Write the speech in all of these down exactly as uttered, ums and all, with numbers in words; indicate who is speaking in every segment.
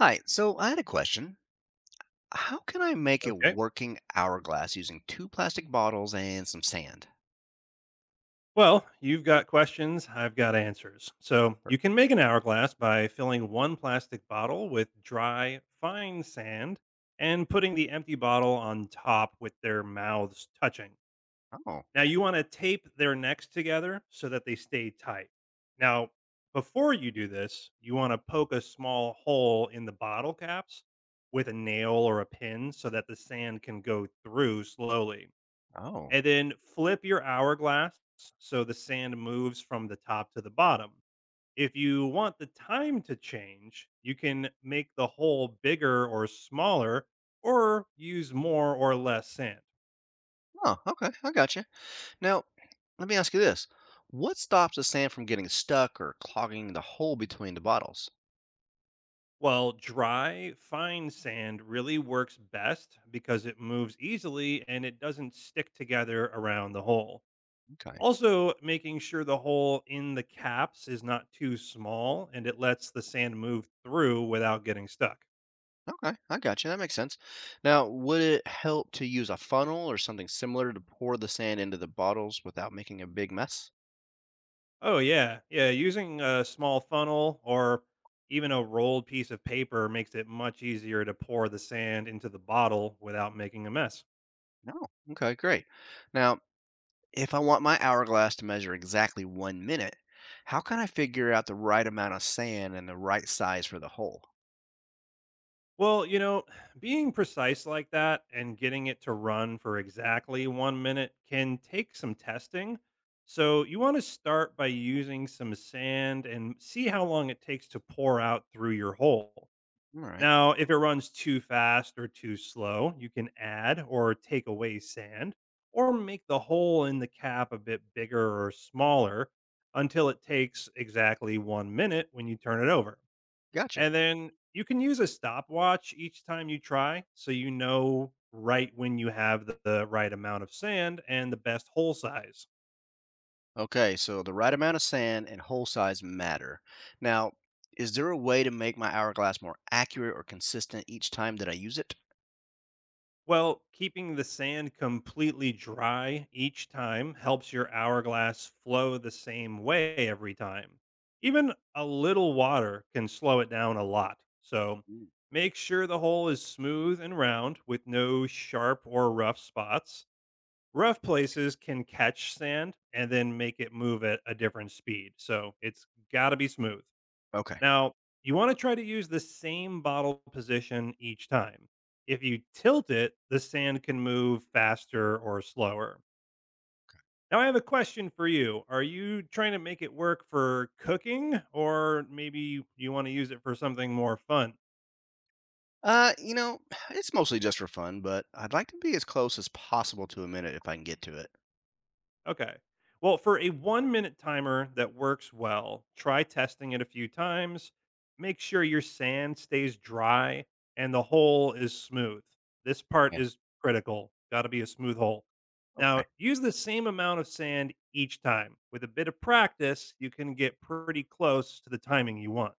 Speaker 1: Hi, so I had a question. How can I make a
Speaker 2: Okay.
Speaker 1: working hourglass using two plastic bottles and some sand?
Speaker 2: Well, you've got questions, I've got answers. So you can
Speaker 1: Perfect.
Speaker 2: make an hourglass by filling one plastic bottle with dry, fine sand and putting the empty bottle on top with their mouths touching.
Speaker 1: Oh,
Speaker 2: Now you want to tape their necks together so that they stay tight. Now, before you do this, you want to poke a small hole in the bottle caps with a nail or a pin so that the sand can go through slowly.
Speaker 1: oh,
Speaker 2: And then flip your hourglass so the sand moves from the top to the bottom. If you want the time to change, you can make the hole bigger or smaller or use more or less sand.
Speaker 1: oh, okay, I got you. Now, let me ask you this. What stops the sand from getting stuck or clogging the hole between the bottles?
Speaker 2: Well, dry, fine sand really works best because it moves easily and it doesn't stick together around the hole.
Speaker 1: Okay.
Speaker 2: Also, making sure the hole in the caps is not too small and it lets the sand move through without getting stuck.
Speaker 1: Okay, I got you. That makes sense. Now, would it help to use a funnel or something similar to pour the sand into the bottles without making a big mess?
Speaker 2: Oh yeah, yeah. Using a small funnel or even a rolled piece of paper makes it much easier to pour the sand into the bottle without making a mess.
Speaker 1: No. Okay, great. Now, if I want my hourglass to measure exactly one minute, how can I figure out the right amount of sand and the right size for the hole?
Speaker 2: Well, you know, being precise like that and getting it to run for exactly one minute can take some testing. So, you want to start by using some sand and see how long it takes to pour out through your hole.
Speaker 1: All right,
Speaker 2: Now, if it runs too fast or too slow, you can add or take away sand or make the hole in the cap a bit bigger or smaller until it takes exactly one minute when you turn it over.
Speaker 1: gotcha.
Speaker 2: And then you can use a stopwatch each time you try so you know right when you have the, the right amount of sand and the best hole size.
Speaker 1: Okay, so the right amount of sand and hole size matter. Now, is there a way to make my hourglass more accurate or consistent each time that I use it?
Speaker 2: Well, keeping the sand completely dry each time helps your hourglass flow the same way every time. Even a little water can slow it down a lot. So
Speaker 1: Mm.
Speaker 2: make sure the hole is smooth and round with no sharp or rough spots. Rough places can catch sand and then make it move at a different speed. So it's got to be smooth.
Speaker 1: Okay.
Speaker 2: Now, you want to try to use the same bottle position each time. If you tilt it, the sand can move faster or slower. Now, I have a question for you. Are you trying to make it work for cooking, or maybe you want to use it for something more fun?
Speaker 1: Uh, you know, it's mostly just for fun, but I'd like to be as close as possible to a minute if I can get to it.
Speaker 2: Okay. Well, for a one minute timer that works well, try testing it a few times. Make sure your sand stays dry and the hole is smooth. This part
Speaker 1: Yeah.
Speaker 2: is critical. Got to be a smooth hole.
Speaker 1: Okay.
Speaker 2: Now, use the same amount of sand each time. With a bit of practice, you can get pretty close to the timing you want.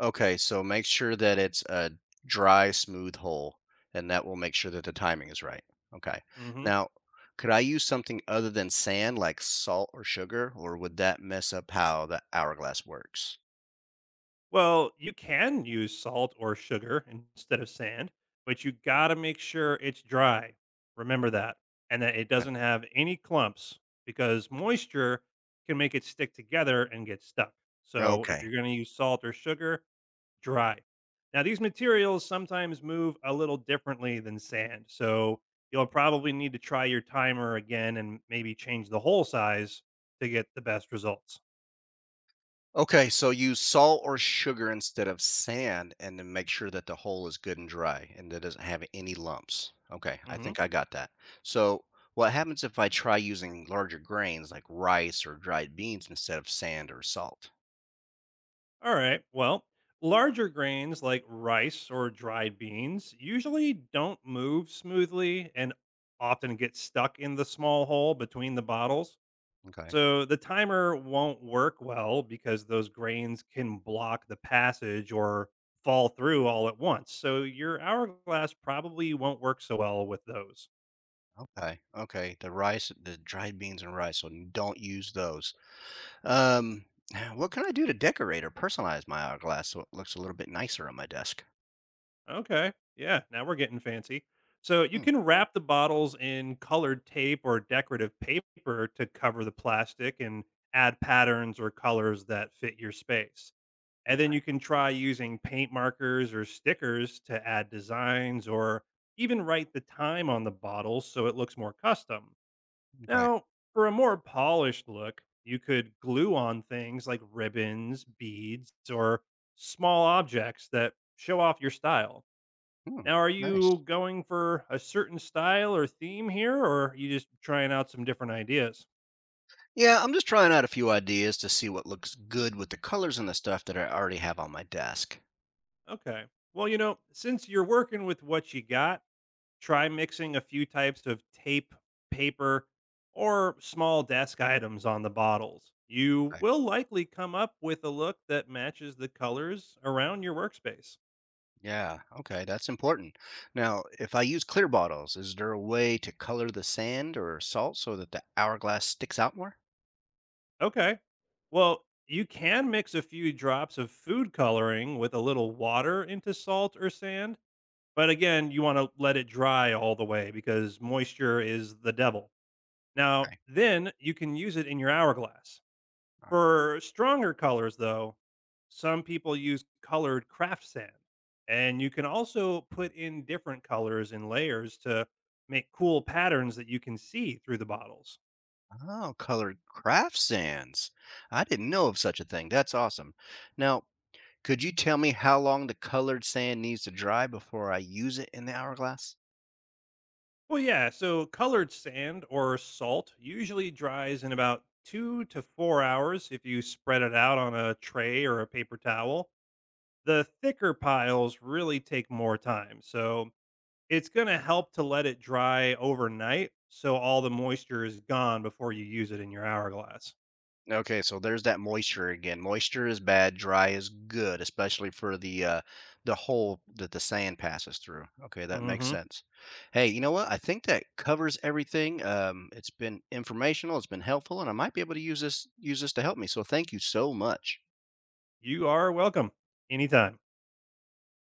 Speaker 1: Okay, so make sure that it's a dry, smooth hole, and that will make sure that the timing is right. Okay.
Speaker 2: Hmm.
Speaker 1: Now, could I use something other than sand, like salt or sugar, or would that mess up how the hourglass works?
Speaker 2: Well, you can use salt or sugar instead of sand, but you got to make sure it's dry. Remember that. And that it
Speaker 1: Okay.
Speaker 2: doesn't have any clumps because moisture can make it stick together and get stuck. So if
Speaker 1: Okay.
Speaker 2: you're going to use salt or sugar, dry. Now, these materials sometimes move a little differently than sand. So you'll probably need to try your timer again and maybe change the hole size to get the best results.
Speaker 1: Okay, so use salt or sugar instead of sand and then make sure that the hole is good and dry and that it doesn't have any lumps. Okay, I
Speaker 2: Mhm.
Speaker 1: think I got that. So, what happens if I try using larger grains like rice or dried beans instead of sand or salt?
Speaker 2: All right. Well, larger grains like rice or dried beans usually don't move smoothly and often get stuck in the small hole between the bottles.
Speaker 1: Okay.
Speaker 2: So the timer won't work well because those grains can block the passage or fall through all at once. So your hourglass probably won't work so well with those.
Speaker 1: Okay. Okay. The rice, the dried beans and rice, so don't use those. Um, what can I do to decorate or personalize my hourglass so it looks a little bit nicer on my desk?
Speaker 2: Okay. Yeah. Now we're getting fancy. So you
Speaker 1: Hmm,
Speaker 2: can wrap the bottles in colored tape or decorative paper to cover the plastic and add patterns or colors that fit your space. And then you can try using paint markers or stickers to add designs or even write the time on the bottle so it looks more custom.
Speaker 1: okay.
Speaker 2: Now, for a more polished look, you could glue on things like ribbons, beads, or small objects that show off your style.
Speaker 1: Hmm,
Speaker 2: Now, are
Speaker 1: nice.
Speaker 2: you going for a certain style or theme here, or are you just trying out some different ideas?
Speaker 1: Yeah, I'm just trying out a few ideas to see what looks good with the colors and the stuff that I already have on my desk.
Speaker 2: Okay. Well, you know, since you're working with what you got, try mixing a few types of tape, paper, or small desk items on the bottles. You
Speaker 1: Okay.
Speaker 2: will likely come up with a look that matches the colors around your workspace.
Speaker 1: Yeah, okay, that's important. Now, if I use clear bottles, is there a way to color the sand or salt so that the hourglass sticks out more?
Speaker 2: Okay. Well, you can mix a few drops of food coloring with a little water into salt or sand. But again, you want to let it dry all the way because moisture is the devil. Now,
Speaker 1: Okay.
Speaker 2: then you can use it in your hourglass.
Speaker 1: All right.
Speaker 2: For stronger colors, though, some people use colored craft sand. And you can also put in different colors and layers to make cool patterns that you can see through the bottles.
Speaker 1: Oh, colored craft sands. I didn't know of such a thing. That's awesome. Now, could you tell me how long the colored sand needs to dry before I use it in the hourglass?
Speaker 2: Well, yeah, so colored sand or salt usually dries in about two to four hours if you spread it out on a tray or a paper towel. The thicker piles really take more time. So it's going to help to let it dry overnight so all the moisture is gone before you use it in your hourglass.
Speaker 1: Okay, so there's that moisture again. Moisture is bad, dry is good, especially for the uh the hole that the sand passes through. Okay, that makes
Speaker 2: Hmm.
Speaker 1: sense. Hey, you know what? I think that covers everything. Um it's been informational, it's been helpful, and I might be able to use this use this to help me. So thank you so much.
Speaker 2: You are welcome anytime.